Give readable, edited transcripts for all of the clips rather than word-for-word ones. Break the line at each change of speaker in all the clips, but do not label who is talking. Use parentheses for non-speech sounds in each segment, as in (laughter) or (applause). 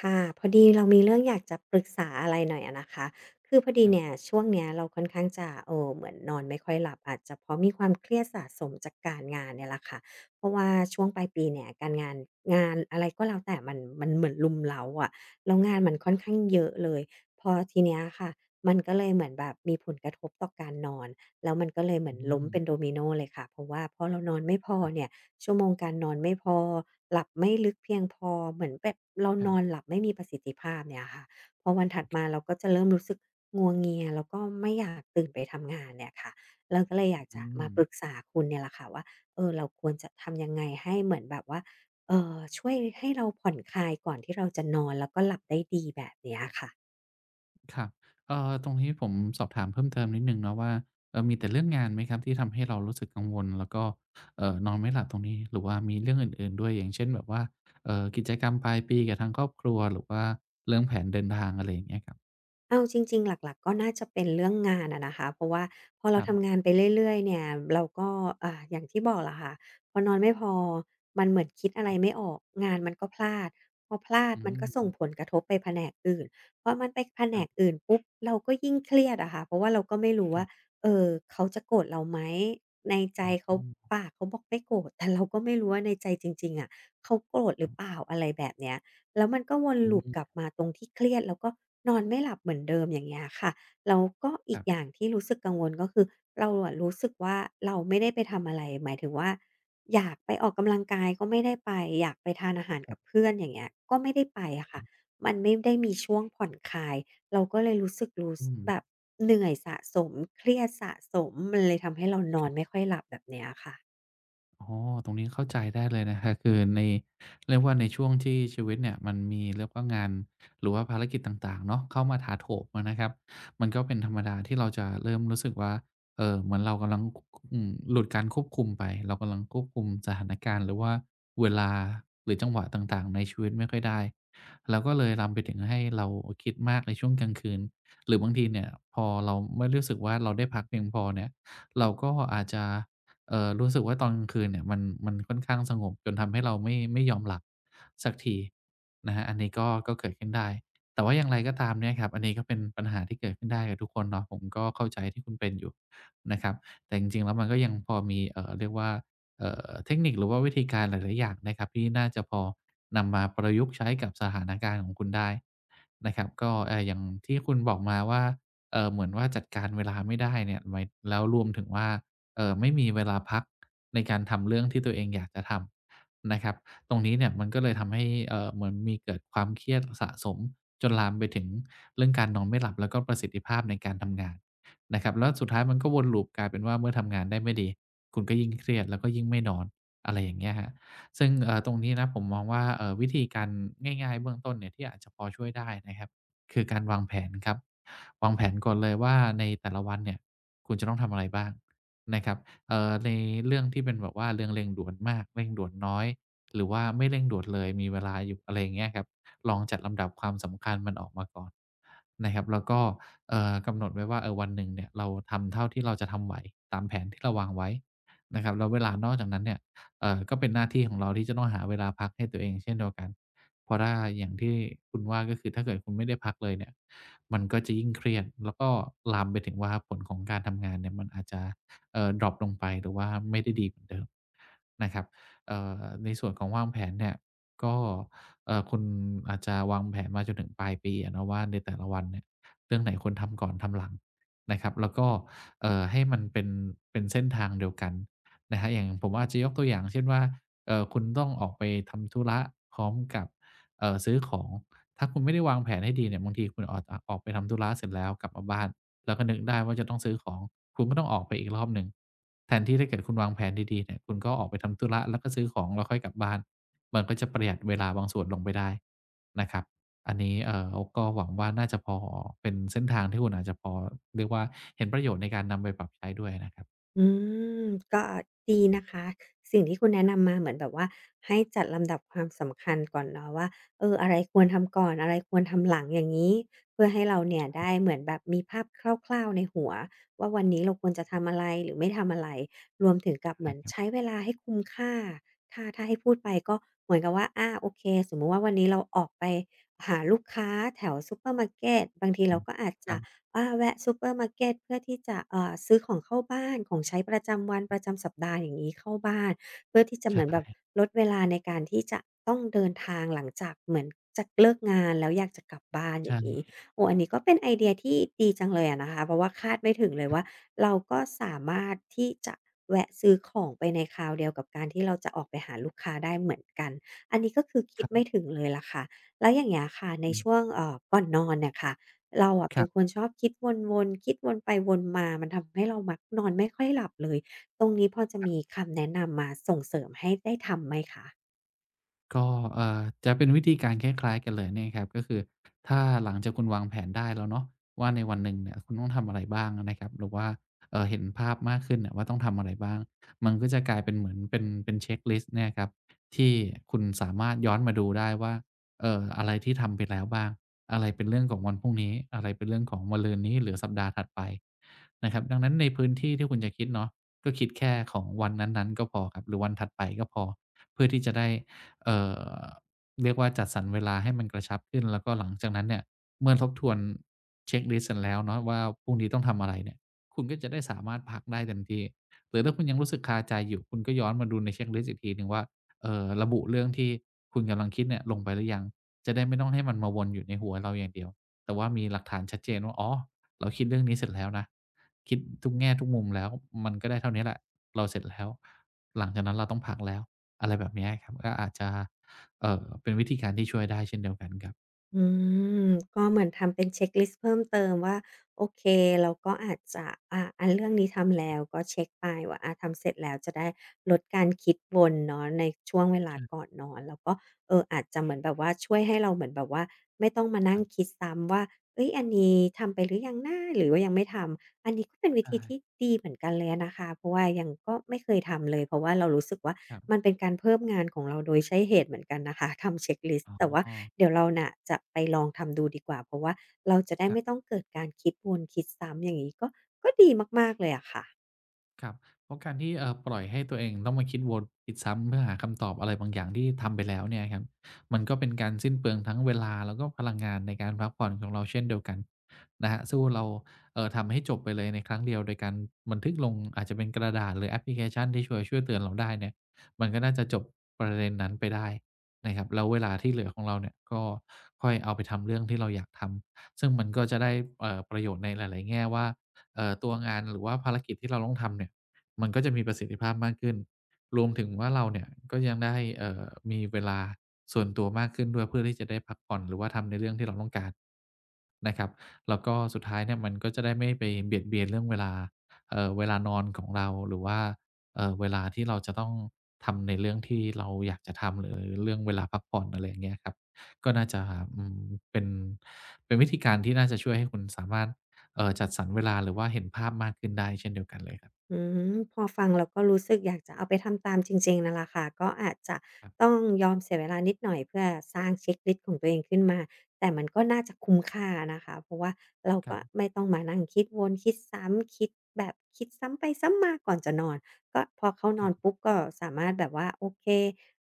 ค่ะพอดีเรามีเรื่องอยากจะปรึกษาอะไรหน่อยอะนะคะคือพอดี
ครับ
เนี่ยช่วงเนี้ยเราค่อนข้างจะเหมือนนอนไม่ค่อยหลับอาจจะเพราะมีความเครียดสะสมจากการงานเนี่ยแหละค่ะเพราะว่าช่วงปลายปีเนี่ยการงานงานอะไรก็แล้วแต่มันเหมือนรุมเร้าอะแล้วงานมันค่อนข้างเยอะเลยพอทีเนี้ยค่ะมันก็เลยเหมือนแบบมีผลกระทบต่อการนอนแล้วมันก็เลยเหมือ
อื
นล้ม
ม
เป็นโดมิโนเลยค่ะเพราะว่าพอเรานอนไม่พอ
ครั
เนี่
บ
ย ชั่วโมงการนอนไม่พอหลับไม่ลึกเพียงพอเหมือนแบบเรา
ค
น
รั
อนห
บ
ลับไม่มีประสิทธิภาพเนี่ยค่ะพอวันถัดมา
ครั
เรา
บ
ก็จะเริ่มรู้สึกงัวเงียแล้วก็ไม่อยากตื่นไปทำงานเนี่ยค่ะเราก็เลยอยาก
อื
จะมา
ม
ปรึกษาคุณเนี่ยแหละค่ะว่าเราควรจะทำยังไงให้เหมือนแบบว่าช่วยให้เราผ่อนคลายก่อนที่เราจะนอนแล้วก็หลับได้ดีแบบเนี้ยค่ะ
ครับตรงนี้ผมสอบถามเพิ่มเติมนิดหนึ่งเนาะว่ามีแต่เรื่องงานไหมครับที่ทำให้เรารู้สึกกังวลแล้วก็นอนไม่หลับตรงนี้หรือว่ามีเรื่องอื่นๆด้วยอย่างเช่นแบบว่ากิจกรรมปลายปีกับทางครอบครัวหรือว่าเรื่องแผนเดินทางอะไรอย่างเงี้ยครับ
เอาจริงๆหลักๆก็น่าจะเป็นเรื่องงานอะนะคะเพราะว่าพอเรา
ครั
ทำงา
บ
นไปเรื่อยๆเนี่ยเราก็อย่างที่บอกล่ะค่ะพอนอนไม่พอมันเหมือนคิดอะ
ค
ไร
รั
ไม่
บ
ออกงานมันก็พลาดพอพลาด
อื
มันก็
ม
ส่งผลกระทบไปแผนกอื่นพอมันไปแผ
ค
น
รั
ก
บ
อื่นปุ๊บเราก็ยิ่งเครียดอะค่ะเพราะว่าเราก็ไม่รู้
ค
ว่า
รับ
เอ่อเขาจะโกรธเราไหมในใจ
อ๋อค
เขา
ร
ปากเขาบอกไม่โกรธแต่เราก็ไม่รู้ว่าในใจจริงๆอะเขาโกรธหรือ
ั
เป
บ
ล่าอะไรแบบเนี้ย แล้วมันก็วน
อื
ลูป
ม
กลับมาตรงที่เครียดแล้วก็นอนไม่หลับเหมือนเดิมอย่างเงี้ยค่ะแล้วก็
ค
อีกอย่าง
รั
ที่รู้สึกกังวลก็คือเราอะรู้สึกว่าเราไม่ได้ไปทำอะไรหมายถึงว่าอยากไปออกกำลังกายก็ไม่ได้ไปอยากไปทานอาหาร
บ
กับ
ๆ
เพื่อนอย่างเงี้ยก็ไม่ได้ไปอะค่ะ
ๆ
มันไม่ได้มีช่วงผ่อนคลายเราก็เลยรู้สึกรู้ส
อืม
แบบเหนื่อยสะสมเครียดสะสมมันเลยทำให้เรานอนไม่ค่อยหลับแบบเนี้ยค่ะ
อ๋อตรงนี้เข้าใจได้เลยนะครับคือในเรียกว่าในช่วงที่ชีวิตเนี่ยมันมีเรียกว่างานหรือว่าภารกิจต่างๆเนาะเข้ามาถาโถมอะนะครับ มันก็เป็นธรรมดาที่เราจะเริ่มรู้สึกว่าเหมือนเรากำลังหลุดการควบคุมไปเรากำลังควบคุมสถานการณ์หรือว่าเวลาหรือจังหวะต่างๆในชีวิตไม่ค่อยได้แล้วก็เลยลามไปถึงให้เราคิดมากในช่วงกลางคืนหรือบางทีเนี่ยพอเราไม่รู้สึกว่าเราได้พักเพียงพอเนี่ยเราก็อาจจะ รู้สึกว่าตอนกลางคืนเนี่ยมันมันค่อนข้างสงบจนทำให้เราไม่ยอมหลับสักทีนะครับอันนี้ก็เกิดขึ้นได้แต่ว่าอย่างไรก็ตามเนี่ยครับอันนี้ก็เป็นปัญหาที่เกิดขึ้นได้กับทุกคนเนาะผมก็เข้าใจที่คุณเป็นอยู่นะครับแต่จริงๆแล้วมันก็ยังพอมีเรียกว่าเทคนิคหรือว่าวิธีการหลายๆอย่างนะครับที่น่าจะพอนำมาประยุกต์ใช้กับสถานการณ์ของคุณได้นะครับก็อย่างที่คุณบอกมาว่าเหมือนว่าจัดการเวลาไม่ได้เนี่ยหมายแล้วรวมถึงว่า ไม่มีเวลาพักในการทำเรื่องที่ตัวเองอยากจะทำนะครับตรงนี้เนี่ยมันก็เลยทำให้เหมือนมีเกิดความเครียดสะสมจนลามไปถึงเรื่องการนอนไม่หลับแล้วก็ประสิทธิภาพในการทำงานนะครับแล้วสุดท้ายมันก็วนลูปกลายเป็นว่าเมื่อทำงานได้ไม่ดีคุณก็ยิ่งเครียดแล้วก็ยิ่งไม่นอนอะไรอย่างเงี้ยครับซึ่งตรงนี้นะผมมองว่าวิธีการง่ายๆเบื้องต้นเนี่ยที่อาจจะพอช่วยได้นะครับคือการวางแผนครับวางแผนก่อนเลยว่าในแต่ละวันเนี่ยคุณจะต้องทำอะไรบ้าง นะครับในเรื่องที่เป็นแบบว่าเรื่องเร่งด่วนมากเร่งด่วนน้อยหรือว่าไม่เร่งด่วนเลยมีเวลาอยู่อะไรอย่างเงี้ยครับลองจัดลำดับความสำคัญมันออกมาก่อนนะครับแล้วก็กำหนดไว้ว่าเออวันหนึ่งเนี่ยเราทำเท่าที่เราจะทำไหวตามแผนที่เราวางไว้นะครับแล้วเวลานอกจากนั้นเนี่ยก็เป็นหน้าที่ของเราที่จะต้องหาเวลาพักให้ตัวเองเช่นเดียวกันเพราะถ้าอย่างที่คุณว่าก็คือถ้าเกิดคุณไม่ได้พักเลยเนี่ยมันก็จะยิ่งเครียดแล้วก็ลามไปถึงว่าผลของการทำงานเนี่ยมันอาจจะ ดร็อปลงไปหรือว่าไม่ได้ดีเหมือนเดิมนะครับในส่วนของวางแผนเนี่ยก็คุณอาจจะวางแผนมาจนถึงปลายปีอะเนาะว่าในแต่ละวันเนี่ยเรื่องไหนควรทำก่อนทำหลังนะครับแล้วก็ให้มันเป็นเส้นทางเดียวกันนะครับอย่างผมอาจจะยกตัวอย่างเช่นว่าคุณต้องออกไปทำธุระพร้อมกับซื้อของถ้าคุณไม่ได้วางแผนให้ดีเนี่ยบางทีคุณออกไปทำธุระเสร็จแล้วกลับมาบ้าน แล้วก็นึกได้ว่าจะต้องซื้อของคุณก็ต้องออกไปอีกรอบหนึ่งแทนที่ถ้าเกิดคุณวางแผนดีๆเนี่ยคุณก็ออกไปทำธุระแล้วก็ซื้อของแล้วค่อยกลับบ้านมันก็จะประหยัดเวลาบางส่วนลงไปได้นะครับอันนี้ก็หวังว่าน่าจะพอเป็นเส้นทางที่คุณอาจจะพอเรียกว่าเห็นประโยชน์ในการนำไปปรับใช้ด้วยนะครับ
อืมก็ดีนะคะสิ่งที่คุณแนะนำมาเหมือนแบบว่าให้จัดลำดับความสำคัญก่อนเนาะว่าอะไรควรทำก่อนอะไรควรทำหลังอย่างงี้เพื่อให้เราเนี่ยได้เหมือนแบบมีภาพคร่าวๆในหัวว่าวันนี้เราควรจะทำอะไรหรือไม่ทำอะไรรวมถึงกับเหมื
ใช่
อน
ครับ
ใช้เวลาให้คุ้มค่าถ้าให้พูดไปก็เหมือนกับว่าอาโอเคสมมุติว่าวันนี้เราออกไปหาลูกค้าแถวซูเปอร์มาร์เกตบางที
อื
เรา
ม
ก็อาจ
ครั
จะ
บ
อาแวะซูเปอร์มาร์เกตเพื่อที่จะซื้อของเข้าบ้านของใช้ประจำวันประจำสัปดาห์อย่างนี้เข้าบ้านเพื่อที่จะ
ใช
เหมือนแบบ
่
ลดเวลาในการที่จะต้องเดินทางหลังจากเหมือนจะเลิกงานแล้วอยากจะกลับบ้านอย่างนี้
ใช่
โอ้อันนี้ก็เป็นไอเดียที่ดีจังเลยอะนะคะเพราะว่าคาดไม่ถึงเลย
ค
ว่า
รับ
เราก็สามารถที่จะแวะซื้อของไปในคราวเดียวกับการที่เราจะออกไปหาลูกค้าได้เหมือนกันอันนี้ก็คือคิ
ค
ด
รั
ไม่
บ
ถึงเลยล่ะค่ะแล้วอย่างเงี้ยค่ะ
ผ
ใน
ม
ช่วงก่อนนอนเนี่ยค่ะ เราอะ
ค
เป็
รั
นคน
บ
ชอบคิดวนๆคิดวนไปวนมามันทำให้เรามักนอนไม่ค่อยหลับเลยตรงนี้พอจะมีคำแนะนำมาส่งเสริมให้ได้ทำไหมคะ
ก็จะเป็นวิธีการคล้ายๆกันเลยเนี่ยครับก็คือถ้าหลังจากคุณวางแผนได้แล้วเนาะว่าในวันหนึ่งเนี่ยคุณต้องทำอะไรบ้างนะครับหรือว่าเห็นภาพมากขึ้นเนี่ยว่าต้องทำอะไรบ้างมันก็จะกลายเป็นเหมือนเป็นเช็กลิสต์เนี่ยครับที่คุณสามารถย้อนมาดูได้ว่าอะไรที่ทำไปแล้วบ้างอะไรเป็นเรื่องของวันพรุ่งนี้อะไรเป็นเรื่องของมะรืนนี้หรือสัปดาห์ถัดไปนะครับดังนั้นในพื้นที่ที่คุณจะคิดเนาะก็คิดแค่ของวันนั้นๆก็พอครับหรือวันถัดไปก็พอเพื่อที่จะได้ เอ่อเรียกว่าจัดสรรเวลาให้มันกระชับขึ้นแล้วก็หลังจากนั้นเนี่ยเมื่อทบทวนเช็กลิสต์เสร็จแล้วเนาะว่าพรุ่งนี้ต้องทำอะไรเนี่ยคุณก็จะได้สามารถพักได้เต็มที่หรือถ้าคุณยังรู้สึกคาใจอยู่คุณก็ย้อนมาดูในเช็กลิสต์อีกทีหนึ่งว่าระบุเรื่องที่คุณกำลังคิดเนี่ยลงไปหรือยังจะได้ไม่ต้องให้มันมาวนอยู่ในหัวเราอย่างเดียวแต่ว่ามีหลักฐานชัดเจนว่าอ๋อเราคิดเรื่องนี้เสร็จแล้วนะคิดทุกแง่ทุกมุมแล้วมันก็ได้เท่านี้แหละเราเสร็จแล้วหลังจากนั้นเราต้องพักแล้ว อะไรแบบเนี้ยครับก็อาจจะเป็นวิธีการที่ช่วยได้เช่นเดียวกันครับ
อืมก็เหมือนทำเป็นเช็กลิสต์เพิ่มเติมว่าโอเคเราก็อาจจะอันเรื่องนี้ทำแล้วก็เช็กไปว่าอาทำเสร็จแล้วจะได้ลดการคิดวนเนาะในช่วงเวลาก่อ
ใช่
นนอนแล้วก็อาจจะเหมือนแบบว่าช่วยให้เราเหมือนแบบว่าไม่ต้องมานั่
ค
ง
รั
คิ
บ
ดซ้ำว่าเฮ้ยอันนี้ทำไปหรือยังนะหรือว่ายังไม่ทำ อันนี้ก็เป็นวิธีที่
ใช่
ดีเหมือนกันเลยอะนะคะเพราะว่ายังก็ไม่เคยทำเลยเพราะว่าเรารู้สึกว่า
ครั
มัน
บ
เป็นการเพิ่มงานของเราโดยใช้เหตุเหมือนกันนะคะ (laughs) ทำเช็กลิส
อ๋
ต์
อ
แต่ว่า
ค
เดี๋ยวเราน่ะจะไปลองทำดูดีกว่าเพราะว่าเราจะได้
รับ
ไม่ต้องเกิดการคิดวนคิดซ้ำอย่างงี้ก็ก็ดีมากๆเลยอะค่ะ
ครับเพราะการที่ปล่อยให้ตัวเองต้องมาคิดวนคิดซ้ำเพื่อหาคำตอบอะไรบางอย่างที่ทำไปแล้วเนี่ยครับมันก็เป็นการสิ้นเปลืองทั้งเวลาแล้วก็พลังงานในการพักผ่อนของเราเช่นเดียวกันนะครับสู้เราทำให้จบไปเลยในครั้งเดียวโดยการบันทึกลงอาจจะเป็นกระดาษหรือแอปพลิเคชันที่ช่วยเตือนเราได้เนี่ยมันก็น่าจะจบประเด็นนั้นไปได้นะครับแล้วเวลาที่เหลือของเราเนี่ยก็ค่อยเอาไปทำเรื่องที่เราอยากทำซึ่งมันก็จะได้ประโยชน์ในหลายๆแง่ว่า ตัวงานหรือว่าภารกิจที่เราต้องทำเนี่ยมันก็จะมีประสิทธิภาพมากขึ้นรวมถึงว่าเราเนี่ยก็ยังได้มีเวลาส่วนตัวมากขึ้นด้วยเพื่อที่จะได้พักผ่อนหรือว่าทำในเรื่องที่เราต้องการนะครับแล้วก็สุดท้ายเนี่ยมันก็จะได้ไม่ไปเบียดเบียนเรื่องเวลาเวลานอนของเราหรือว่าเวลาที่เราจะต้องทำในเรื่องที่เราอยากจะทำหรือเรื่องเวลาพักผ่อนอะไรอย่างเงี้ยครับก็น่าจะอืมเป็นเป็นวิธีการที่น่าจะช่วยให้คุณสามารถ จัดสรรเวลาหรือว่าเห็นภาพมากขึ้นได้เช่นเดียวกันเลยครับ
อืมพอฟังแล้วก็รู้สึกอยากจะเอาไปทำตามจริงๆนั่นแหละค่ะก็อาจจะ
ครับ
ต้องยอมเสียเวลานิดหน่อยเพื่อสร้างเช็กลิสต์ของตัวเองขึ้นมาแต่มันก็น่าจะคุ้มค่านะคะเพราะว่าเรา
ค
ก็
รับ
ไม่ต้องมานั่งคิดวนคิดซ้ำคิดแบบคิดซ้ำไปซ้ำมาก่อนจะนอนก็พอเขาน
ค
อ
รั
นปุ๊
บ
บก็สามารถแบบว่าโอเค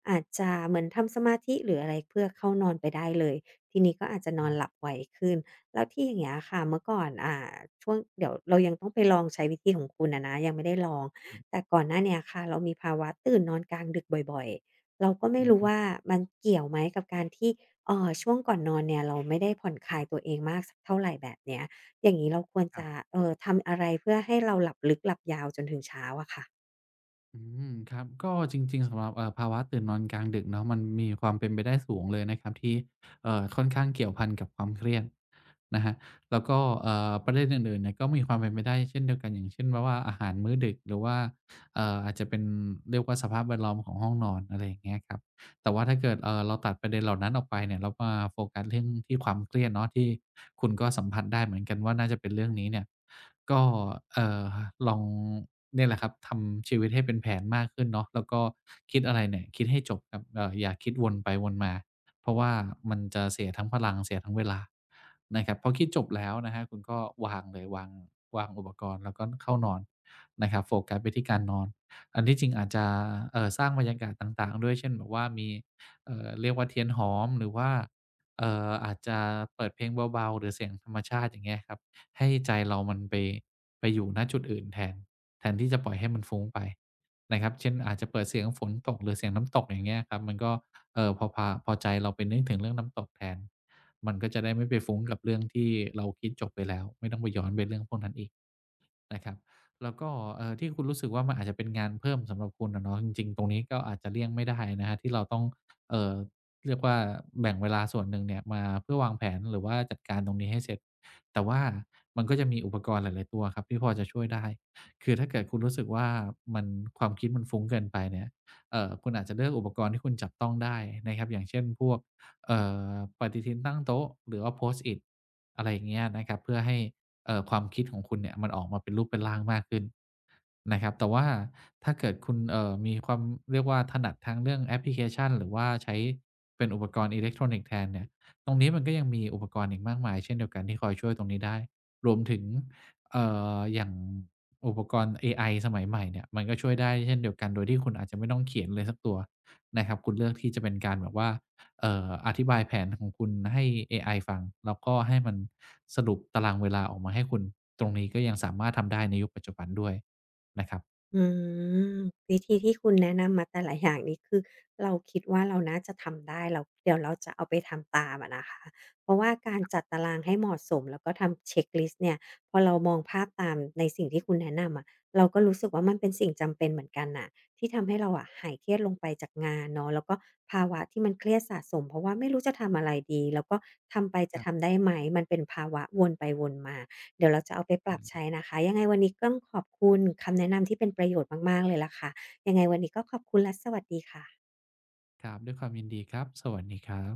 อาจจะเหมือนทำสมาธิหรืออะไรเพื่อเข้านอนไปได้เลยทีนี้ก็อาจจะนอนหลับ
ใช่
ไวขึ้น แล้วที่อย่างเงี้ยค่ะเมื่อก่อนช่วงเดี๋ยวเรายังต้องไปลองใช้วิธีของคุณอะนะยังไม่ได้ลองแต่ก่อนหน้าเนี้ยค่ะเรามีภาวะตื่นนอนกลางดึกบ่อยๆเราก็ไม่
อือ
รู้ว่า
ฮึ
มันเกี่ยวไหมกับการที่ช่วงก่อนนอนเนี่ยเราไม่ได้ผ่อนคลายตัวเองมากสักเท่าไรแบบเนี้ยอย่างงี้เราควรจะทำอะไรเพื่อให้เราหลับลึกหลับยาวจนถึงเช้าอะค่ะ
อืมครับก็จริงๆสำหรับภาวะตื่นนอนกลางดึกเนาะมันมีความเป็นไปได้สูงเลยนะครับที่ค่อนข้างเกี่ยวพันกับความเครียดนะฮะแล้วก็ประเด็นอื่นๆเนี่ยก็มีความเป็นไปได้เช่นเดียวกันอย่างเช่นแบาว่าอาหารมื้อดึกหรือว่าอาจจะเป็นเรียกว่าสภาพแวดล้อมของห้องนอนอะไรอย่างเงี้ยครับแต่ว่าถ้าเกิดเราตัดประเด็นเหล่านั้นออกไปเนี่ยเรามาโฟกัสเรื่องที่ความเครียดเนาะที่คุณก็สัมผัสได้เหมือนกันว่าน่าจะเป็นเรื่องนี้เนี่ย ก็เอ่อลองเนี่ยแหละครับทำชีวิตให้เป็นแผนมากขึ้นเนาะแล้วก็คิดอะไรเนี่ยคิดให้จบครับอย่าคิดวนไปวนมาเพราะว่ามันจะเสียทั้งพลังเสียทั้งเวลานะครับพอคิดจบแล้วนะครับคุณก็วางเลยวางอุปกรณ์แล้วก็เข้านอนนะครับโฟกัสไปที่การนอนอันที่จริงอาจจะสร้างบรรยากาศต่างๆด้วยเช่นแบบว่ามีเรียกว่าเทียนหอมหรือว่าอาจจะเปิดเพลงเบาๆหรือเสียงธรรมชาติอย่างเงี้ยครับ ให้ใจเรามันไปอยู่ณจุดอื่นแทนแทนที่จะปล่อยให้มันฟุ้งไปนะครับเช่นอาจจะเปิดเสียงฝนตกหรือเสียงน้ำตกอย่างเงี้ยครับมันก็พอพาพอใจเราไปนึกถึงเรื่องน้ำตกแทนมันก็จะได้ไม่ไปฟุ้งกับเรื่องที่เราคิดจบไปแล้วไม่ต้องไปย้อนไปเรื่องพวกนั้นอีก นะครับแล้วก็ที่คุณรู้สึกว่ามันอาจจะเป็นงานเพิ่มสำหรับคุณอะเนาะจริงๆตรงนี้ก็อาจจะเลี่ยงไม่ได้นะครับที่เราต้องเอ่อเรียกว่าแบ่งเวลาส่วนหนึ่งเนี่ยมาเพื่อวางแผนหรือว่าจัดการตรงนี้ให้เสร็จแต่ว่ามันก็จะมีอุปกรณ์หลายๆตัวครับที่พอจะช่วยได้คือถ้าเกิดคุณรู้สึกว่ามันความคิดมันฟุ้งเกินไปเนี่ยคุณอาจจะเลือกอุปกรณ์ที่คุณจับต้องได้นะครับอย่างเช่นพวกเอ่อปฏิทินตั้งโต๊ะหรือว่า Post-it อะไรอย่างเงี้ยนะครับเพื่อให้ ความคิดของคุณเนี่ยมันออกมาเป็นรูปเป็นร่างมากขึ้นนะครับแต่ว่าถ้าเกิดคุณมีความเรียกว่าถนัดทางเรื่องแอปพลิเคชันหรือว่าใช้เป็นอุปกรณ์อิเล็กทรอนิกส์แทนเนี่ยตรงนี้มันก็ยังมีอุปกรณ์อีกมากมายเช่นเดียวกันที่คอยช่วยตรงนี้ได้รวมถึงเอ่อย่างอุปกรณ์เอไอสมัยใหม่เนี่ยมันก็ช่วยได้เช่นเดียวกันโดยที่คุณอาจจะไม่ต้องเขียนเลยสักตัวนะครับคุณเลือกที่จะเป็นการแบบว่า อธิบายแผนของคุณให้เอไอฟังแล้วก็ให้มันสรุปตารางเวลาออกมาให้คุณตรงนี้ก็ยังสามารถทำได้ในยุคปัจจุบันด้วยนะครับ
อืมวิธีที่คุณแนะนำมาแต่ละอย่างนี้คือเราคิดว่าเราน่าจะทำได้เราเดี๋ยวเราจะเอาไปทำตามอะนะคะเพราะว่าการจัดตารางให้เหมาะสมแล้วก็ทำเช็กลิสต์เนี่ยพอเรามองภาพตามในสิ่งที่คุณแนะนำอะเราก็รู้สึกว่ามันเป็นสิ่งจำเป็นเหมือนกันน่ะที่ทำให้เราอะหายเครียดลงไปจากงานเนาะแล้วก็ภาวะที่มันเครียดสะสมเพราะว่าไม่รู้จะทำอะไรดีแล้วก็ทำไปจะ
ครั
ทำ
บ
ได้ไหมมันเป็นภาวะวนไปวนมา เดี๋ยวเราจะเอาไปป
ไ
รับ
ด้
ใช้นะคะยังไงวันนี้ต้องขอบคุณคำแนะนำที่เป็นประโยชน์มากๆเลยล่ะค่ะยังไงวันนี้ก็ขอบคุณและสวัสดีค่ะ
ครับด้วยความยินดีครับสวัสดีครับ